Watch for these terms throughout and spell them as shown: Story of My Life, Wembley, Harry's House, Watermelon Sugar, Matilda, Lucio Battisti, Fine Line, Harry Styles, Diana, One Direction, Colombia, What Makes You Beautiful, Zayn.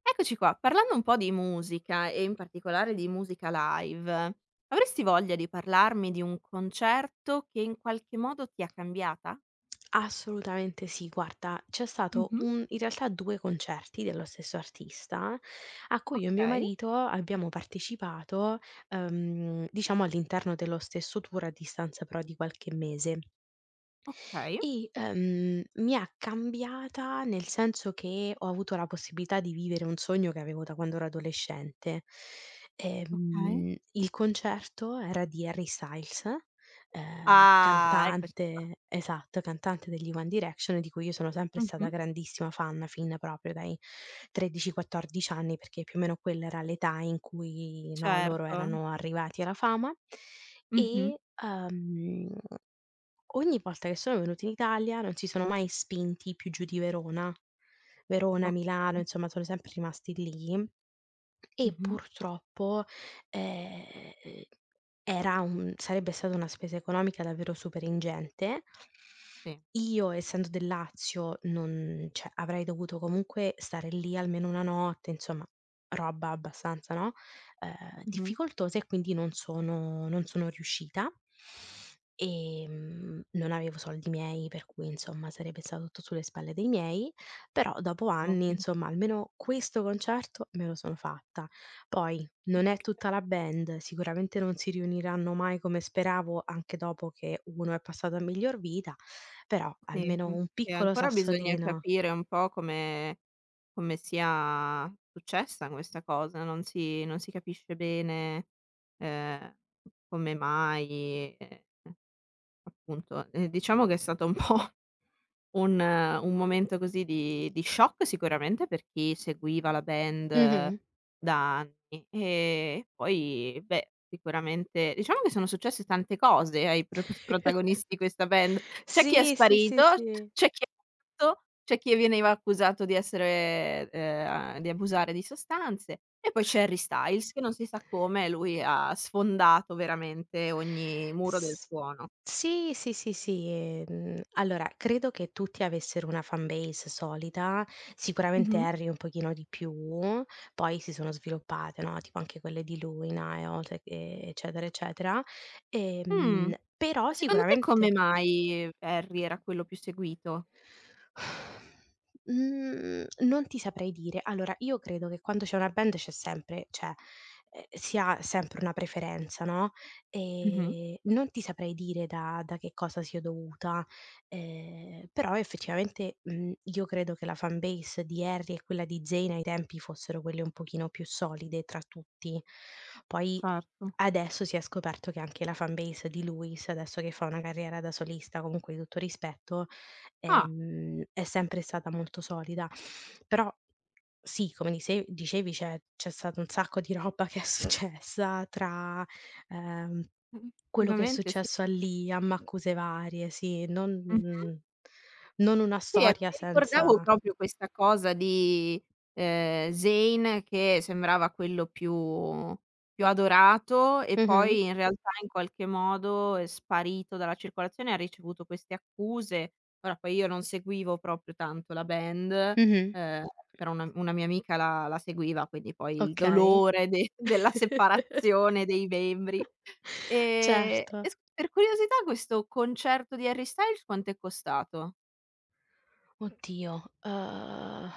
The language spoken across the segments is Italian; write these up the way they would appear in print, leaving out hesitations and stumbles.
Eccoci qua, parlando un po' di musica e in particolare di musica live, avresti voglia di parlarmi di un concerto che in qualche modo ti ha cambiata? Assolutamente sì, guarda, c'è stato Mh-mh, un in realtà 2 concerti dello stesso artista, a cui io e mio okay, marito abbiamo partecipato, diciamo all'interno dello stesso tour a distanza però di qualche mese. okay, Mi ha cambiata nel senso che ho avuto la possibilità di vivere un sogno che avevo da quando ero adolescente. okay. Il concerto era di Harry Styles, Ah, eccoci qua. cantante degli One Direction, di cui io sono sempre stata Mh-mh, grandissima fan fin proprio dai 13, 14 anni, perché più o meno quella era l'età in cui, no, loro certo, erano arrivati alla fama. mh-mh, E, uhm Ogni volta che sono venuti in Italia non si sono mai spinti più giù di Verona. Verona, Milano, okay, insomma sono sempre rimasti lì e mh-mh, purtroppo, ehm, era un sarebbe stata una spesa economica davvero super ingente. sì, Io essendo del Lazio non, cioè, avrei dovuto comunque stare lì almeno 1 notte, insomma, roba abbastanza, no, mh-mh, difficoltosa e quindi non sono riuscita. Non avevo soldi miei, per cui insomma sarebbe stato tutto sulle spalle dei miei, però dopo anni, ovvio. insomma, almeno questo concerto me lo sono fatta. Poi, non è Okay. tutta la band, sicuramente non si riuniranno mai come speravo anche dopo che uno è passato a miglior vita, però Sì, almeno mh. un E piccolo ancora bisogna sassolino. capire un po' come sia successa questa cosa, non si capisce bene, ehm, come mai, appunto, diciamo che è stato un po' un momento così di shock sicuramente per chi seguiva la band, Mh-mh. da anni, e poi beh, sicuramente diciamo che sono successe tante cose ai pro protagonisti di questa band. C'è chi è Sì, sì, sì, sparito, sì. c'è chi è morto, c'è chi veniva accusato di essere di abusare di sostanze, e poi c'è Harry Styles che non si sa come lui ha sfondato veramente ogni muro del S suono. Sì, sì, sì, sì, allora credo che tutti avessero una fan base solida, sicuramente Mh-mh. Harry un pochino di più, poi si sono sviluppate, no, tipo anche quelle di Luna e Oz e eccetera, eccetera. Mh. Però Ma secondo te sicuramente. come mai Harry era quello più seguito? Mhmm, Non ti saprei dire. Allora, io credo che quando c'è una band c'è sempre, cioè, si ha sempre una preferenza, no, Mh-mh, non ti saprei dire da che cosa sia dovuta, però effettivamente, io credo che la fan base di Harry e quella di Zayn ai tempi fossero quelle un pochino più solide tra tutti. Poi certo. adesso si è scoperto che anche la fan base di Lewis, adesso che fa una carriera da solista, comunque di tutto rispetto, Ah, è sempre stata molto solida. Però sì, come dise dicevi, c'è stato un sacco di roba che è successa tra, ehm, quello che è effettivamente sì. successo a lì, a Maccuse varie, sì, Mh-mh. non una Sì, ecco, storia mi ricordavo senza. proprio questa cosa di, Zayn che sembrava quello più adorato e Mh-mh, poi in realtà in qualche modo è sparito dalla circolazione, ha ricevuto queste accuse. Ora poi io non seguivo proprio tanto la band, mh-mh, ehm, però una mia amica la seguiva, quindi poi il okay. dolore de della separazione dei membri. E Certo. s per curiosità questo concerto di Harry Styles quant'è costato? Oddio, uhm,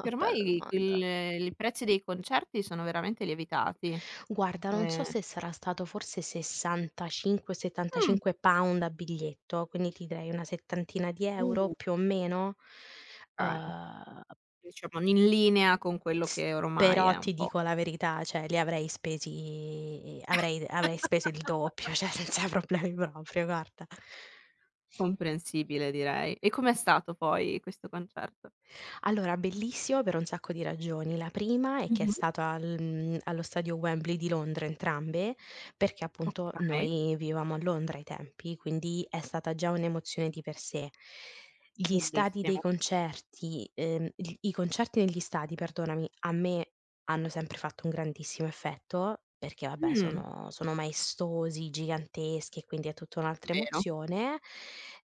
Che bella ormai domanda. il i prezzi dei concerti sono veramente lievitati. Guarda, non so Ehm, se sarà stato forse 65, mh, £75 a biglietto, quindi ti direi una settantina di euro Mh. più o meno, Okay. uhm, Diciamo in linea con quello s che ormai però è un ti po' dico la verità, cioè li avrei spesi avrei avrei speso il doppio, cioè senza problemi proprio, guarda. comprensibile direi. E com'è stato poi questo concerto? Allora, bellissimo per un sacco di ragioni. La prima è che è Mh-mh. stato allo stadio Wembley di Londra entrambe, perché appunto Okay, noi vivevamo a Londra ai tempi, quindi è stata già un'emozione di per sé. Gli stadi dei bellissimo. concerti gl I concerti negli stadi, perdonami, a me hanno sempre fatto un grandissimo effetto, perché vabbè Mh, sono maestosi, giganteschi e quindi è tutta un'altra vero. emozione.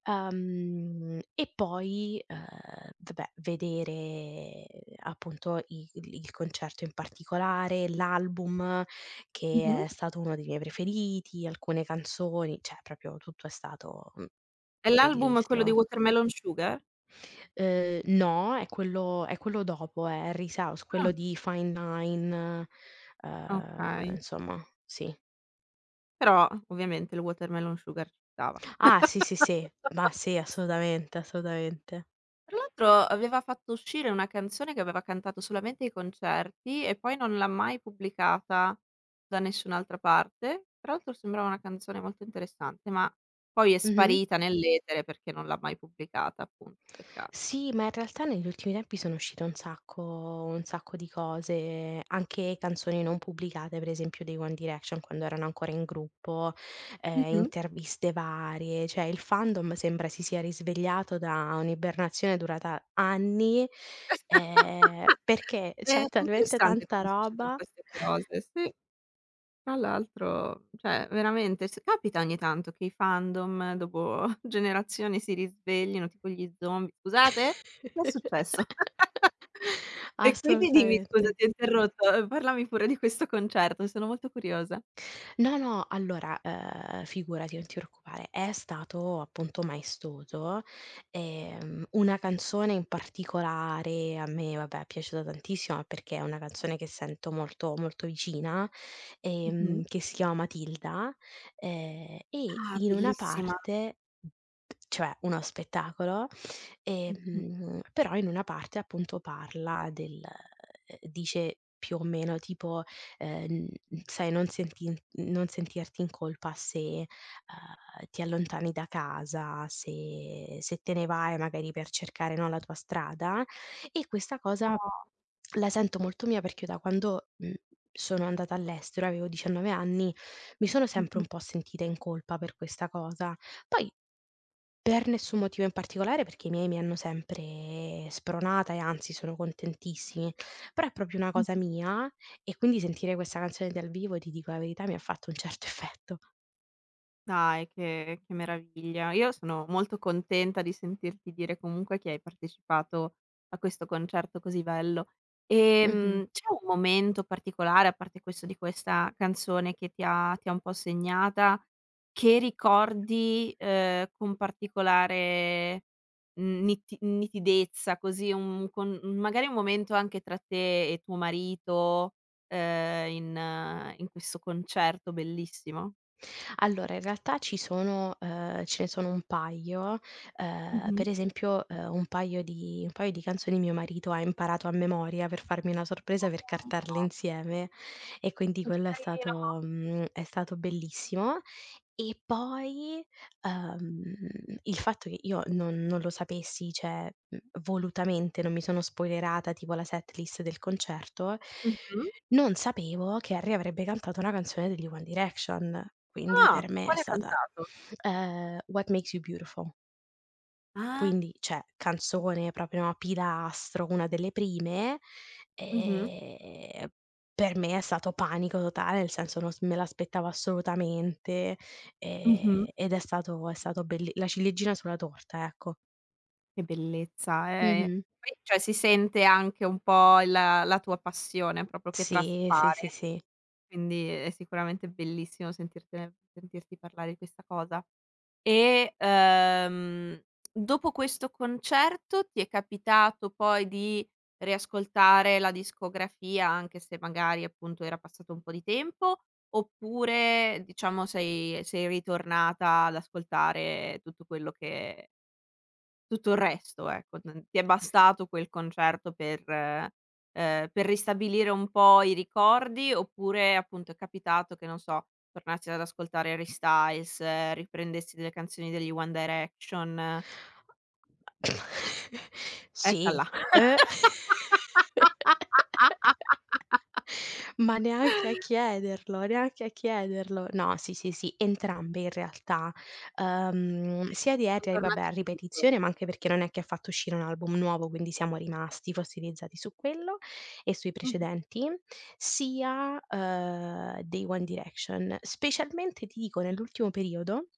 E poi, vabbè vedere appunto i il concerto in particolare, l'album, Mh-mh. che è stato uno dei miei preferiti, alcune canzoni, cioè proprio tutto è stato, E l'album quello di bellissimo. Watermelon Sugar? No, è quello dopo, è Harry's House, Ah, quello di Fine Line, ehm, okay. insomma, sì. Però ovviamente il Watermelon Sugar ci stava. Ah, sì, sì, sì. Ma sì, assolutamente, assolutamente. Tra l'altro aveva fatto uscire una canzone che aveva cantato solamente ai concerti e poi non l'ha mai pubblicata da nessun'altra parte. Tra l'altro sembrava una canzone molto interessante, ma poi è Mh-mh. sparita nell'etere perché non l'ha mai pubblicata, appunto, peccato. Sì, ma in realtà negli ultimi tempi sono uscite un sacco di cose, anche canzoni non pubblicate, per esempio dei One Direction quando erano ancora in gruppo, Mh-mh. interviste varie, cioè il fandom sembra si sia risvegliato da un'ibernazione durata anni, perché È c'è talmente interessante tanta quando succedono roba. queste cose, sì. Tra l'altro, cioè veramente s capita ogni tanto che i fandom dopo generazioni si risveglino, tipo gli zombie: "Scusate? Che è successo?" E quindi dimmi scusa, Assolutamente. ti ho interrotto, parlami pure di questo concerto, sono molto curiosa. No, no, allora, figurati, non ti preoccupare. È stato appunto maestoso. Una canzone in particolare a me, vabbè, è piaciuta tantissimo, ma perché è una canzone che sento molto, molto vicina, Mh-mh. Che si chiama Matilda, e Ah, in una bellissima. parte, cioè, uno spettacolo, Mh-mh. Però in una parte appunto parla del, dice più o meno tipo ehm, sai, non sentirti in colpa se, ti allontani da casa, se te ne vai magari per cercare, no, la tua strada, e questa cosa Oh. la sento molto mia perché io da quando, sono andata all'estero, avevo 19 anni, mi sono sempre Mh-mh. un po' sentita in colpa per questa cosa. Poi per nessun motivo in particolare, perché i miei mi hanno sempre spronata e anzi sono contentissimi, però è proprio una Mh. cosa mia, e quindi sentire questa canzone dal vivo, ti dico la verità, mi ha fatto un certo effetto. Dai, che meraviglia. Io sono molto contenta di sentirti dire comunque che hai partecipato a questo concerto così bello. Mh-mh. C'è un momento particolare, a parte questo di questa canzone che ti ha un po' segnata, che ricordi, con particolare, nitidezza, così un con magari un momento anche tra te e tuo marito, in questo concerto bellissimo? Allora, in realtà ci sono ce ne sono un paio, per esempio, un paio di canzoni mio marito ha imparato a memoria per farmi una sorpresa, per Oh, cantarle insieme, e quindi che quello è carino. stato mhmm, è stato bellissimo. E poi, ehm, il fatto che io non lo sapessi, cioè, volutamente non mi sono spoilerata tipo la setlist del concerto, Mh-mh. non sapevo che Harry avrebbe cantato una canzone degli One Direction, quindi Ah, per me è quale hai stata, cantato? What Makes You Beautiful. Ah. Quindi, cioè, canzone proprio a pilastro, una delle prime, Mh-mh. ehm, per me è stato panico totale, nel senso non s me l'aspettavo assolutamente, Mh-mh. Ed è stato belli la ciliegina sulla torta, ecco. Che bellezza, Mh-mh. poi cioè si sente anche un po' il la tua passione proprio che Sì, sì, sì, traspare, sì. quindi è sicuramente bellissimo sentirtene sentirti parlare di questa cosa. E, dopo questo concerto ti è capitato poi di riascoltare la discografia, anche se magari appunto era passato un po' di tempo, oppure diciamo sei ritornata ad ascoltare tutto quello che tutto il resto, ecco, n ti è bastato quel concerto per ristabilire un po' i ricordi, oppure appunto è capitato che, non so, tornassi ad ascoltare Harry Styles, riprendessi delle canzoni degli One Direction. Sì, Eccola. eh. Son Ma neanche a chiederlo, neanche a chiederlo. No, sì, sì, sì, entrambe in realtà. Sia di Harry vabbè, a tornata in loop. ripetizione, ma anche perché non è che ha fatto uscire un album nuovo, quindi siamo rimasti fossilizzati su quello e sui Mh-mh. precedenti, sia, dei One Direction. Specialmente, ti dico, nell'ultimo periodo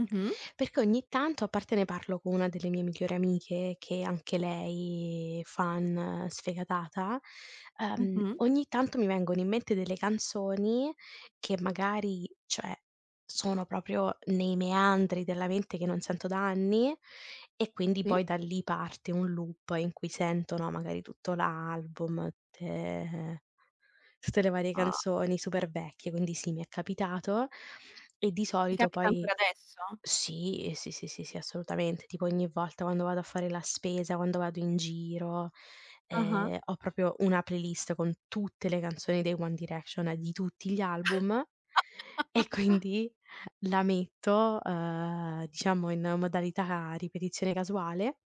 Mh-mh. perché ogni tanto, a parte ne parlo con una delle mie migliori amiche che anche lei fan sfegatata, Mh-mh. ogni tanto mi vengono in mente delle canzoni che magari, cioè, sono proprio nei meandri della mente che non sento da anni, e quindi Sì. poi da lì parte un loop in cui sento, no, magari tutto l'album, tutte le varie Ah. canzoni super vecchie, quindi sì, mi è capitato, e di Ti solito capita ancora poi adesso? sì, sì, sì, sì, sì, assolutamente. Tipo ogni volta quando vado a fare la spesa, quando vado in giro, Ah-ah. Ho proprio una playlist con tutte le canzoni dei One Direction, di tutti gli album, e quindi la metto, diciamo, in modalità ripetizione casuale,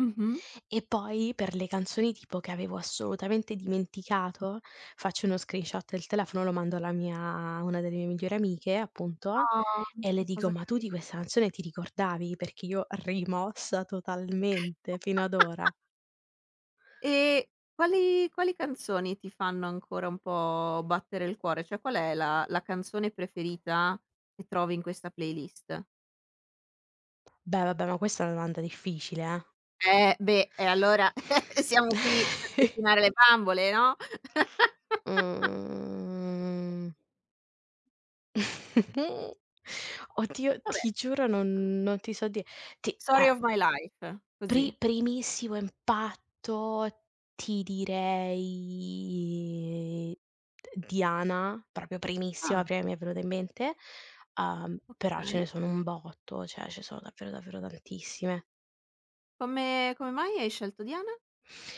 Mh-mh. e poi per le canzoni tipo che avevo assolutamente dimenticato, faccio uno screenshot del telefono, lo mando alla mia a una delle mie migliori amiche appunto, Ah, e le che dico: cosa "Ma tu di carina. questa canzone ti ricordavi?" Perché io rimossa totalmente fino ad ora. E quali canzoni ti fanno ancora un po' battere il cuore? Cioè qual è la canzone preferita che trovi in questa playlist? Beh, vabbè, ma questa è una domanda difficile, eh. Beh, e allora siamo qui per pettinare le bambole, no? Mhmm. Oddio, Vabbè. ti giuro non ti so dire. Ti Story a of my life, Pri così. Primissimo impatto ti direi Diana, proprio Ah, primissima, prima mi è venuta in mente, però ce okay. ne sono un botto, cioè ce ne sono davvero, davvero tantissime. Come mai hai scelto Diana?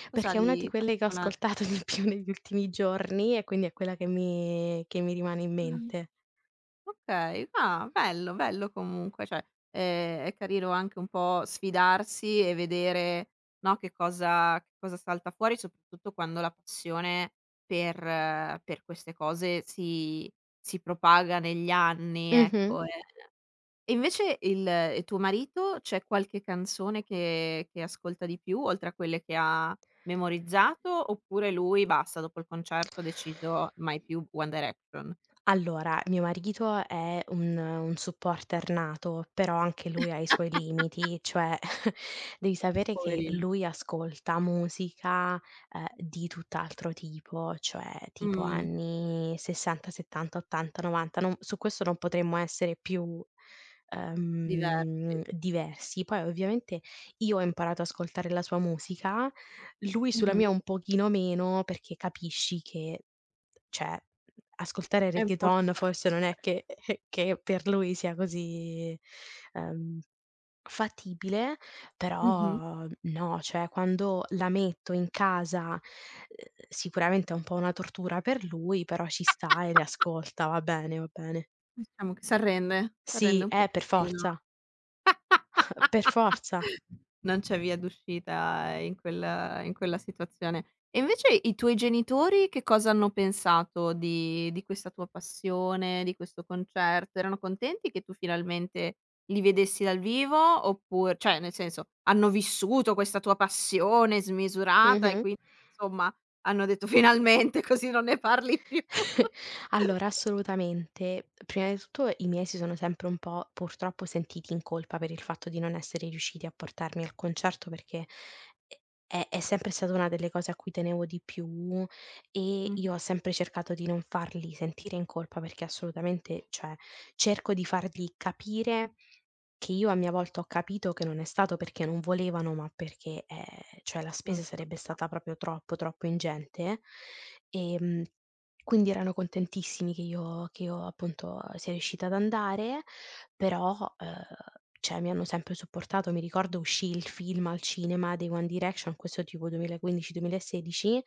Cos'ha Perché è una di di quelle che ho particolare? ascoltato di più negli ultimi giorni e quindi è quella che mi rimane in Mh. mente. Okay. Ah, bello, bello comunque, cioè, è carino anche un po' sfidarsi e vedere, no, che cosa salta fuori, soprattutto quando la passione per per queste cose si propaga negli anni, Mh-mh. ecco. E invece il tuo marito, c'è qualche canzone che ascolta di più, oltre a quelle che ha memorizzato, oppure lui basta, dopo il concerto ha deciso mai più One Direction? Allora, mio marito è un supporter nato, però anche lui ha i suoi limiti, cioè, devi sapere che Poverino. lui ascolta musica, di tutt'altro tipo, cioè tipo Mh. anni 60, 70, 80, 90, non su questo non potremmo essere più, Diversi. Diversi. Poi ovviamente io ho imparato ad ascoltare la sua musica, lui sulla Mh-mh. mia un pochino meno perché capisci che, cioè, ascoltare È un posto reggaeton forse non è particolare. che che per lui sia così, ehm, fatibile, Mh-mh. però no, cioè quando la metto in casa, sicuramente è un po' una tortura per lui, però ci sta e le ascolta, va bene, va bene. Diciamo che s'arrende, Sì, s'arrende un per pochettino. forza, per forza. Non c'è via d'uscita in quel in quella situazione. E invece i tuoi genitori che cosa hanno pensato di questa tua passione, di questo concerto? Erano contenti che tu finalmente li vedessi dal vivo oppure cioè nel senso, hanno vissuto questa tua passione smisurata e Mh-mh. quindi insomma hanno detto: "Finalmente così non ne parli più." Allora, assolutamente. Prima di tutto i miei si sono sempre un po' purtroppo sentiti in colpa per il fatto di non essere riusciti a portarmi al concerto perché è sempre stata una delle cose a cui tenevo di più, e Mh-mh, io ho sempre cercato di non farli sentire in colpa perché assolutamente, cioè, cerco di fargli capire. Che io a mia volta ho capito che non è stato perché non volevano, ma perché, cioè la non spesa si sarebbe poteva. stata proprio troppo, troppo ingente. Ehm, quindi erano contentissimi che io appunto sia riuscita ad andare, però, uhm, cioè mi hanno sempre supportato. Mi ricordo uscì il film al cinema dei One Direction, questo tipo 2015, 2016.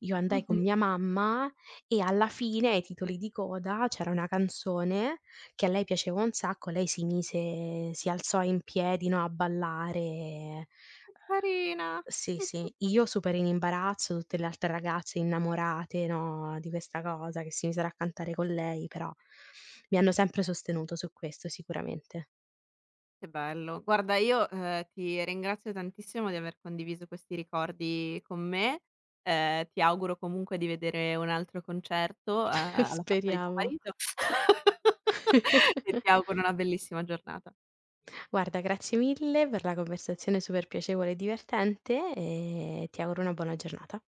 Io andai con Mh-mh. mia mamma e alla fine, ai titoli di coda, c'era una canzone che a lei piaceva un sacco, lei si alzò in piedi, no, a ballare. Che carina. Sì, Mh. sì. Io super in imbarazzo, tutte le altre ragazze innamorate, no, di questa cosa, che si misero a cantare con lei, però mi hanno sempre sostenuto su questo sicuramente. Che bello. Guarda io, ti ringrazio tantissimo di aver condiviso questi ricordi con me. Ti auguro comunque di vedere un altro concerto, alla faccia di tuo Speriamo. marito e ti auguro una bellissima giornata. Guarda, grazie mille per la conversazione super piacevole e divertente e ti auguro una buona giornata.